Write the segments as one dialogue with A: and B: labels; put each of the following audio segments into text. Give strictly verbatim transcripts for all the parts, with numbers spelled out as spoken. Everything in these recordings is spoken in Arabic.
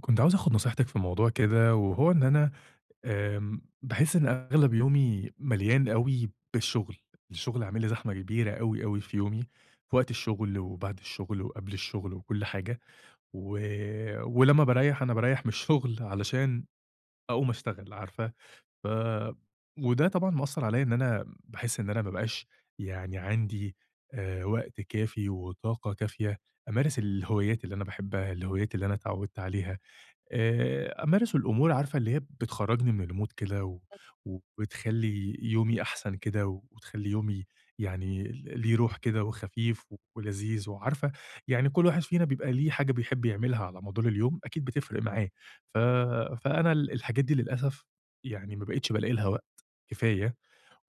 A: كنت عاوز آخد نصيحتِك في موضوع كده، وهو إن أنا آمم، باحس إن أغلب يومي مليان أوي بالشغل، الشغل عامل لي زحمة كبيرة أوي، أوي في يومي، في وقت الشغل وبعد الشغل وقبل الشغل وكل حاجة. و ولمّا باريّح أنا باريّح من الشغل علشان أقوم أشتغل، عارفة؟ ف وده طبعًا مأثّر عليَّ، إن أنا باحس إن أنا ما بقاش يعني عندي آآ، وقت كافي وطاقة كافية أمارس الهوايات اللي أنا باحبها، الهوايات اللي أنا اتعودت عليها. آآ أمارس الأمور، عارفة، اللي هي بتخرّجني من الmood كده، و وبتخلّي يومي أحسن كده، وتخلّي يومي يعني ل ليه روح كده وخفيف و- ولذيذ وعارفة، يعني كل واحد فينا بيبقى ليه حاجة بيحب يعملها على مدار اليوم أكيد بتفرق معاه. ف فأنا ال الحاجات دي للأسف يعني ما بقيتش بالاقي لها وقت كفاية.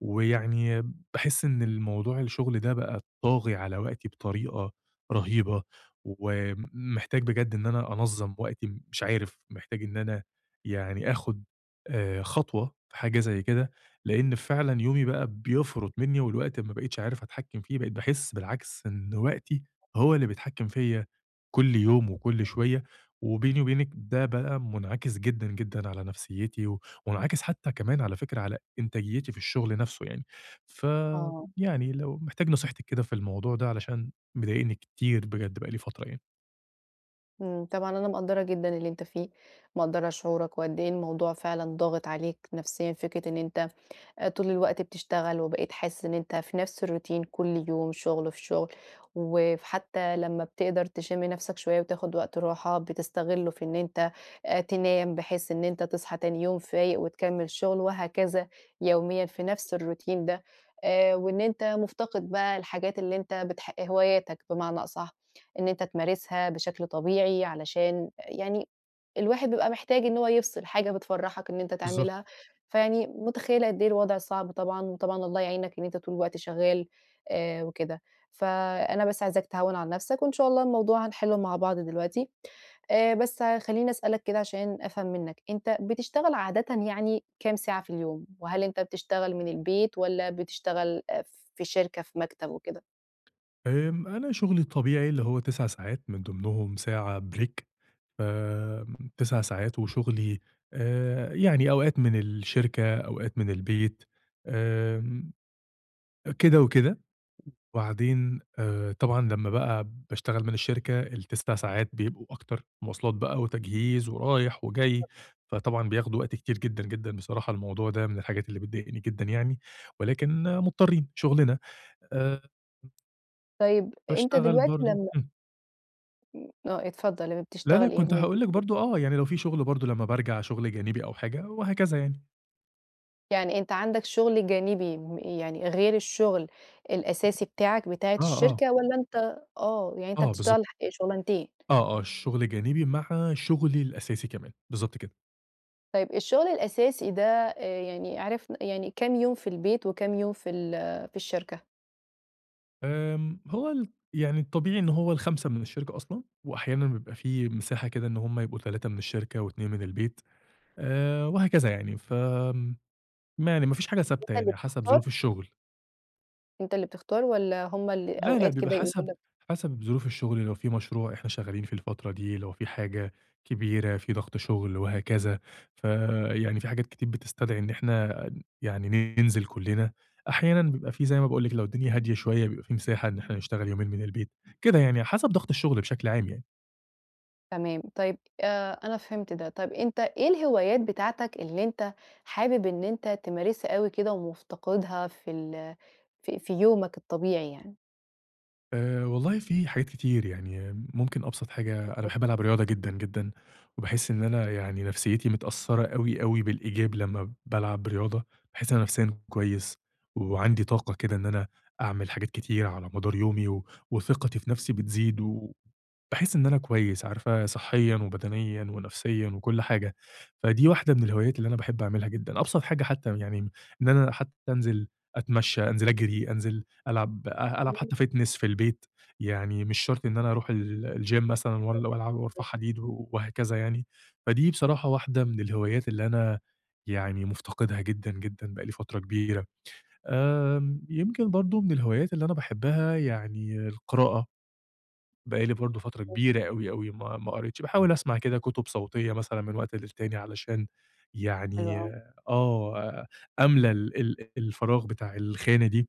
A: ويعني باحس إن الموضوع الشغل ده بقى طاغي على وقتي بطريقة رهيبة، ومحتاج بجد إن أنا أنظّم وقتي، مش عارف، محتاج إن أنا يعني آخُد آآ خطوة في حاجة زي كده، لإن فعلًا يومي بقى بيفرط منّي، والوقت ما بقيتش عارف أتحكّم فيه، بقيت باحس بالعكس إن وقتي هو اللي بيتحكّم فيّا كل يوم وكل شوية، وبيني وبينِك ده بقى منعكس جدًا، جدًا على نفسيّتي و ومنعكس حتّى كمان على فكرة على إنتاجيتي في الشغل نفسه يعني.
B: آه،
A: فيعني لو محتاج نصيحتِك كده في الموضوع ده، علشان مضايقني كتير بجد، بقى لي فترة يعني.
B: إمم، طبعًا أنا مقدّرة جدًا اللي أنت فيه، مقدّرة شعورك وقد إيه الموضوع فعلًا ضاغط عليك نفسيًا، فكرة إن أنت آآ طول الوقت بتشتغل، وبقيت حاسس إن أنت في نفس الroutine كل يوم شغل في شغل، وحتى لمّا بتقدر تشم نفسك شوية وتاخد وقت راحة بتستغله في إن أنت آآ تنام، بحيث إن أنت تصحى تاني يوم فايق وتكمل شغل، وهكذا يوميًا في نفس الroutine ده، آآ وإن أنت مفتقد بقى الحاجات اللي أنت بتح هواياتك بمعنى أصح، إن أنت تمارسها بشكل طبيعي علشان يعني الواحد بيبقى محتاج إن هو يفصل، حاجة بتفرحك إن أنت
A: بالضبط.
B: تعملها. فيعني متخيّلة قد إيه الوضع صعب طبعًا، وطبعًا الله يعينك إن أنت طول الوقت شغّال آآ وكده، فأنا بس عايزاك تهوّن على نَفْسك، وإن شاء الله الموضوع هنحلّه مع بعض دلوقتي. آآ بس خلّيني أسألك كده عشان أفهم منّك، أنت بتشتغل عادةً يعني كام ساعة في اليوم؟ وهل أنت بتشتغل من البيت والّا بتشتغل آآ في شركة، في مكتب وكده؟
A: آمم، أنا شغلي الطبيعي اللي هو تسعة ساعات من ضمنهم ساعة break. آمم، تسعة ساعات، وشغلي آآ، يعني أوقات من الشركة، أوقات من البيت، آمم، كده وكده. وبعدين آآ طبعًا لمّا بقى باشتغل من الشركة التسع ساعات بيبقوا أكتر، مواصلات بقى وتجهيز ورايح وجاي، فطبعًا بياخدوا وقت كتير جدًا، جدًا. بصراحة الموضوع ده من الحاجات اللي بتضايقني جدًا يعني، ولكن آه، مضطرين، شغلنا. آآ
B: طيب أنت
A: باشتغل
B: دلوقتي
A: برضه،
B: لمّا
A: إمم.
B: آه اتفضّل، لما
A: لا، لا
B: بتشتغل إيه
A: كنت
B: من
A: هاقول لِك
B: البيت؟
A: برضه، آه، يعني لو في شغل برضه لمّا بارجع شغل جانبي أو حاجة وهكذا يعني.
B: يعني أنت عندك شغل جانبي م يعني غير الشغل الأساسي بتاعك بتاعة
A: آه، آه.
B: الشركة والّا أنت آه، يعني أنت
A: آه بالضبط.
B: بتشتغل ح شغلانتين.
A: آه، آه، شغل جانبي مع شغلي الأساسي كمان، بالضبط كده.
B: طيب الشغل الأساسي ده آآ يعني عرفنا يعني كام يوم في البيت وكام يوم في ال في الشركة؟
A: آمم، هو ال يعني الطبيعي إن هو الخمسة من الشركة أصلًا، وأحيانًا بيبقى في مساحة كده إن هم يبقوا ثلاثة من الشركة واثنين من البيت، آآ، وهكذا يعني. فآمم، ما يعني ما فيش حاجة ثابتة
B: أنت اللي
A: يعني، حسب
B: بتختار
A: ظروف الشغل.
B: أنت اللي بتختار والّا هم اللي
A: لا، لأ،
B: أوقات كده
A: بيبقى حسب
B: يقولوا لك
A: حسب ظروف الشغل، لو في مشروع إحنا شغالين فيه الفترة دي، لو في حاجة كبيرة، في ضغط شغل وهكذا. فيعني في حاجات كتير بتستدعي إن إحنا يعني ننزل كلّنا. أحيانًا بيبقى في، زي ما باقول لِك، لو الدنيا هادية شوية، بيبقى في مساحة إن إحنا نشتغل يومين من البيت، كده يعني، حسب ضغط الشغل بشكل عام يعني.
B: تمام. طيب آآ أنا فهمت ده. طيب أنت إيه الهوايات بتاعتك اللي أنت حابب إن أنت تمارسها أوي كده ومفتقدها في ال في في يومك الطبيعي يعني؟
A: آآ والله في حاجات كتير، يعني ممكن أبسط حاجة أنا باحب ألعب رياضة جدًا، جدًا، وباحس إن أنا يعني نفسيتي متأثّرة أوي، أوي بالإيجاب لمّا بالعب رياضة، باحس إن أنا نفسيًا كويس، وعندي طاقة كده إن أنا أعمل حاجات كتير على مدار يومي، و وثقتي في نفسي بتزيد، وباحس إن أنا كويس، عارفة، صحيًا وبدنيًا ونفسيًا وكل حاجة. فدي واحدة من الهوايات اللي أنا باحب أعملها جدًا، أبسط حاجة حتى يعني إن أنا حتى أنزل أتمشى، أنزل أجري، أنزل ألعب أ ألعب حتى fitness في البيت، يعني مش شرط إن أنا أروح ال الgym مثلًا وال والعب وارفع حديد و- وهكذا يعني. فدي بصراحة واحدة من الهوايات اللي أنا يعني مفتقدها جدًا، جدًا، بقى لي فترة كبيرة. آمم، يمكن برضه من الهوايات اللي أنا باحبها يعني القراءة. بقى لي برضه فترة كبيرة أوي، أوي ما ما قريتش، باحاول أسمع كده كُتب صوتية مثلًا من وقت للتاني علشان
B: حلو
A: يعني
B: أوي.
A: آه، أملى ال ال الفراغ بتاع الخانة دي.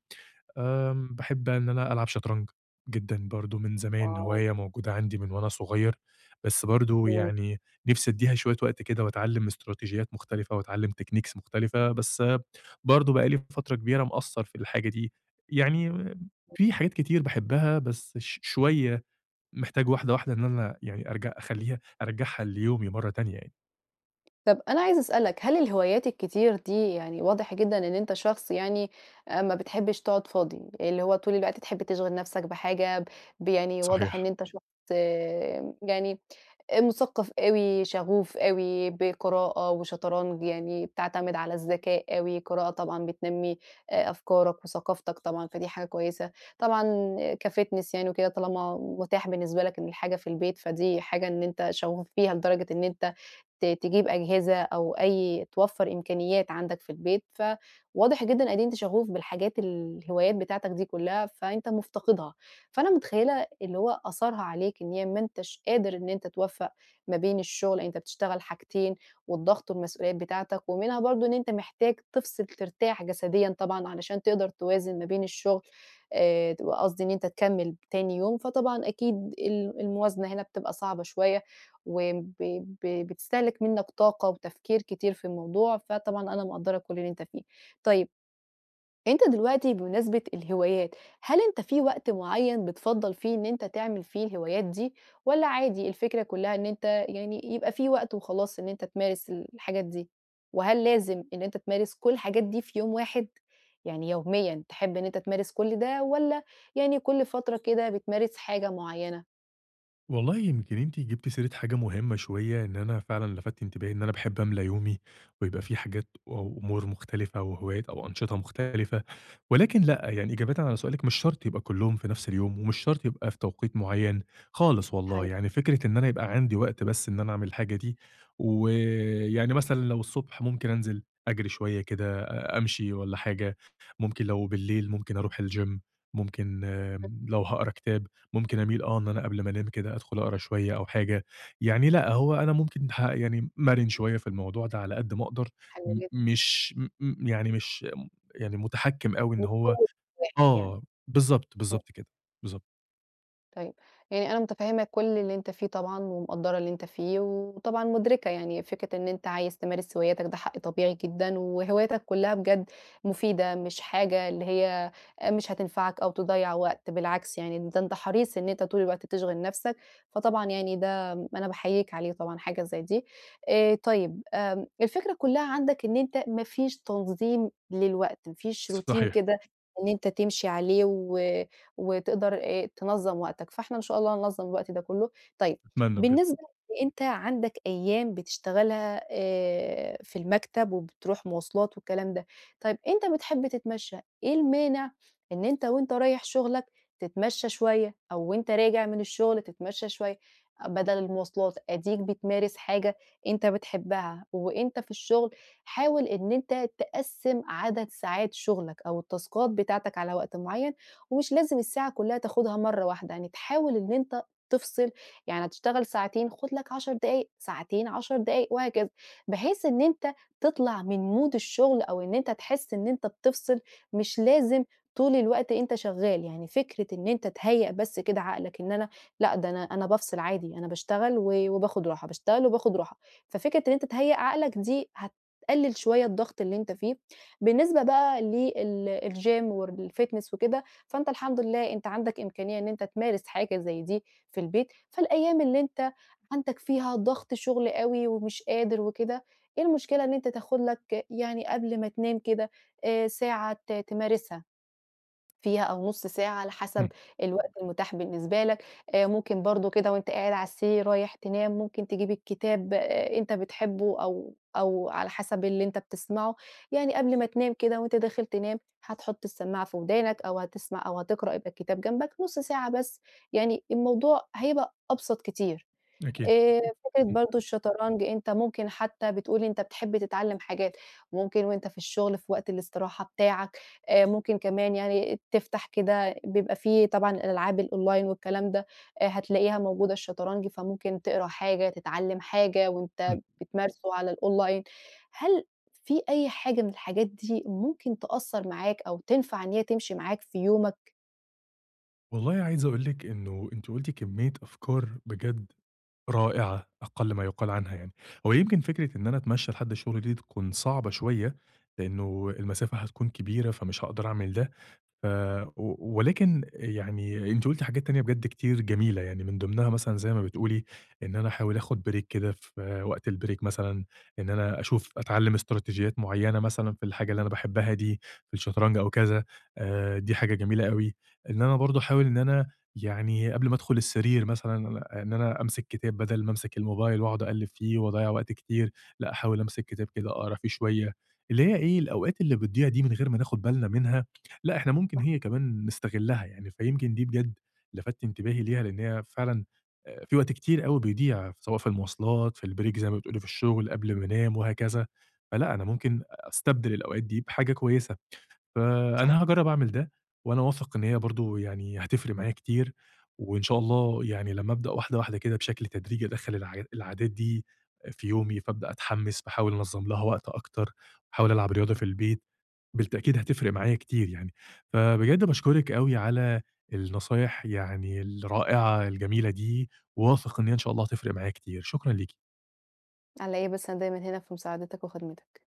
A: آمم، باحب إن أنا ألعب شطرنج جدًا برضه من زمان،
B: واو!
A: هواية موجودة عندي من وأنا صغير، بس برضه
B: إمم.
A: يعني نِفْسي أدّيها شوية وقت كده، وأتعلّم استراتيجيات مختلفة وأتعلّم techniques مختلفة، بس برضه بقى لي فترة كبيرة مقصّر في الحاجة دي. يعني في حاجات كتير باحبها، بس ش شوية محتاج واحدة، واحدة إن أنا يعني أرجع أخلّيها أرجّعها ليومي مرّة تانية يعني.
B: طب أنا عايزة أسألك، هل الهوايات الكتير دي يعني واضح جدًا إن أنت شخص يعني آآ ما بتحبش تقعد فاضي، اللي هو طول الوقت تحب تشغل نفسك بحاجة ب ب يعني واضح إن
A: صحيح.
B: أنت شخص آه، يعني آآ مثقّف أوي، شغوف أوي بقراءة وشطرنج، يعني بتعتمد على الذكاء أوي، القراءة طبعًا بتنمّي آآ أفكارك وثقافتك طبعًا، فدي حاجة كويسة. طبعًا كfitness يعني وكده طالما متاح بالنسبة لك إن الحاجة في البيت، فدي حاجة إن أنت شغوف بيها لدرجة إن أنت ت تجيب أجهزة أو أي توفّر إمكانيات عندك في البيت، فواضح جدًا قد إيه أنت شغوف بالحاجات الهوايات بتاعتك دي كلّها، فأنت مفتقدها. فأنا متخيّلة اللي هو أثرها عليك إن هي ما أنتش قادر إن أنت توفّق ما بين الشغل أنت بتشتغل حاجتين، والضغط والمسؤوليات بتاعتك، ومنها برضه إن أنت محتاج تفصل ترتاح جسديًا طبعًا علشان تقدر توازن ما بين الشغل آآ ت قصدي إن أنت تكمّل تاني يوم، فطبعًا أكيد ال الموازنة هنا بتبقى صعبة شوية، وب ب بتستهلك منّك طاقة وتفكير كتير في الموضوع، فطبعًا أنا مقدّرة كل اللي أنت فيه. طيب أنت دلوقتي بمناسبة الهوايات، هل أنت في وقت معيّن بتفضّل فيه إن أنت تعمل فيه الهوايات دي، والّا عادي الفكرة كلّها إن أنت يعني يبقى في وقت وخلاص إن أنت تمارس الحاجات دي؟ وهل لازم إن أنت تمارس كل الحاجات دي في يوم واحد؟ يعني يوميًا تحب إن أنت تمارس كل ده، والّا يعني كل فترة كده بتمارس حاجة معيّنة؟
A: والله يمكن أنتِ جبتِ سيرة حاجة مهمة شوية، إن أنا فعلًا لفتِ انتباهي إن أنا باحب أملى يومي، ويبقى في حاجات أو أمور مختلفة وهوايات أو أنشطة مختلفة، ولكن لأ، يعني إجابةً على سؤالِك، مش شرط يبقى كلّهم في نفس اليوم، ومش شرط يبقى في توقيت معيّن خالص والله،
B: حلو،
A: يعني فكرة إن أنا يبقى عندي وقت بس إن أنا أعمل الحاجة دي. ويعني مثلًا لو الصبح ممكن أنزل أجري شوية كده، أ أمشي والّا حاجة، ممكن لو بالليل ممكن أروح الgym، ممكن آمم لو هاقرا كتاب، ممكن أميل، آه، إن أنا قبل ما أنام كده أدخل أقرا شوية أو حاجة. يعني لأ، هو أنا ممكن ح يعني مرن شوية في الموضوع ده على قد ما أقدر،
B: حلو
A: م
B: جدًا،
A: مش م م يعني مش يعني متحكّم أوي إن
B: مش كل
A: هو
B: يوم واحد يعني.
A: آه، بالضبط، بالضبط كده، بالضبط،
B: طيب، يعني أنا متفهّمة كل اللي أنت فيه طبعًا، ومقدّرة اللي أنت فيه، وطبعًا مُدركة يعني فكرة إن أنت عايز تمارس هواياتك ده حق طبيعي جدًا، وهواياتك كلّها بجد مفيدة، مش حاجة اللي هي آآ مش هتنفعك أو تضيّع وقت، بالعكس يعني ده أنت حريص إن أنت طول الوقت تشغِل نَفْسك، فطبعًا يعني ده أنا باحييك عليه طبعًا حاجة زي دي. آآ طيب آمم الفكرة كلّها عندك إن أنت ما فيش تنظيم للوقت، ما فيش روتين
A: صحيح،
B: كده إن أنت تمشي عليه و وتقدر آآ تنظّم وقتك، فإحنا إن شاء الله هننظّم الوقت ده كُلّه. طيب
A: أتمنى بجد،
B: بالنسبة إن أنت عندك أيام بتشتغلها آآ في المكتب وبتروح مواصلات والكلام ده، طيب أنت بتحب تتمشّى، إيه المانع إن أنت وأنت رايح شغلك تتمشّى شوية أو وأنت راجع من الشغل تتمشّى شوية بدل المواصلات؟ أديك بتمارس حاجة أنت بتحبها وأنت في الشغل، حاول إن أنت تقسّم عدد ساعات شغلك أو التاسكات بتاعتك على وقت معيّن ومش لازم الساعة كلها تاخدها مرّة واحدة، يعني تحاول إن أنت تفصل، يعني هتشتغل ساعتين خُد لك 10 دقايق، ساعتين 10 دقايق وهكذا، بحيث إن أنت تطلع من mood الشغل أو إن أنت تحس إن أنت بتفصل، مش لازم طول الوقت أنت شغال، يعني فكرة إن أنت تهيّأ بس كده عقلك إن أنا لأ، ده أنا أنا بافصل عادي، أنا باشتغل و وباخد راحة، باشتغل وباخد راحة، ففكرة إن أنت تهيّأ عقلك دي هتقلل شوية الضغط اللي أنت فيه. بالنسبة بقى لل الgym والfitness وكده فأنت الحمد لله أنت عندك إمكانية إن أنت تمارس حاجة زي دي في البيت، فالأيام اللي أنت عندك فيها ضغط شغل أوي ومش قادر وكده، إيه المشكلة إن أنت تاخد لك يعني قبل ما تنام كده آآ ساعة ت تمارسها. فيها أو نُص ساعة على حسب
A: إمم،
B: الوقت المتاح بالنسبة لك، آآ ممكن برضه كده وأنت قاعد على السرير رايح تنام ممكن تجيب الكتاب آآ أنت بتحبه أو أو على حسب اللي أنت بتسمعه، يعني قبل ما تنام كده وأنت داخل تنام هتحط السماعة في ودانك أو هتسمع أو هتقرأ يبقى الكتاب جنبك نُص ساعة بس، يعني الموضوع هيبقى أبسط كتير.
A: أكيد،
B: آآ فكرة
A: إمم،
B: برضه الشطرنج أنت ممكن حتى بتقول أنت بتحب تتعلّم حاجات، ممكن وأنت في الشغل في وقت الاستراحة بتاعك، آآ ممكن كمان يعني تفتح كده بيبقى في طبعًا الألعاب الأونلاين والكلام ده، آآ هتلاقيها موجودة الشطرنج، فممكن تقرا حاجة، تتعلّم حاجة وأنت
A: إمم.
B: بتمارسه على الأونلاين. هل في أي حاجة من الحاجات دي ممكن تأثّر معاك أو تنفع إن هي تمشي معاك في يومك؟
A: والله عايز أقول لِك إنه أنتِ قُلتِ كمية أفكار بجد رائعة، أقل ما يُقال عنها يعني. هو يمكن فكرة إن أنا أتمشّى لحد الشغل دي تكون صعبة شوية، لإنه المسافة هتكون كبيرة فمش هاقدر أعمل ده. ف و ولكن يعني أنتِ قُلتِ حاجات تانية بجد كتير جميلة، يعني من ضمنها مثلًا زي ما بتقولي إن أنا أحاول آخُد break كده في وقت الbreak مثلًا، إن أنا أشوف أتعلّم إستراتيجيات معيّنة مثلًا في الحاجة اللي أنا باحبها دي، في الشطرنج أو كذا، آآ دي حاجة جميلة أوي. إن أنا برضه أحاول إن أنا يعني قبل ما أدخُل السرير مثلًا، أنا إن أنا أمسك كتاب بدل ما أمسك الموبايل وأقعد أقلِّب فيه وأضيّع وقت كتير، لأ أحاول أمسك كتاب كده أقرا فيه شوية، اللي هي إيه، الأوقات اللي بتضيع دي من غير ما ناخُد بالنا منها، لأ، إحنا ممكن هي كمان نستغلّها يعني. فيمكن دي بجد لفَتّ انتباهي ليها، لإن هي فعلًا آآ في وقت كتير أوي بيضيع، سواء في المواصلات، في الbreak زي ما بتقولي في الشغل، قبل ما أنام وهكذا، فلأ، أنا ممكن أستبدل الأوقات دي بحاجة كويسة.
B: صحيح.
A: فأنا هاجرّب أعمل ده، وأنا واثق إن هي برضه يعني هتفرق معايا كتير، وإن شاء الله يعني لمّا أبدأ واحدة واحدة كده بشكل تدريجي أدخّل الع العادات دي في يومي، فابدأ أتحمّس، باحاول أنظّم لها وقت أكتر، باحاول ألعب رياضة في البيت، بالتأكيد هتفرق معايا كتير يعني. فبجد باشكرِك أوي على النصايح يعني الرائعة الجميلة دي، وواثق إن هي إن شاء الله هتفرق معايا كتير، شكرًا ليكِ.
B: على إيه بس أنا دايمًا هنا في مساعدتك وخدمتك.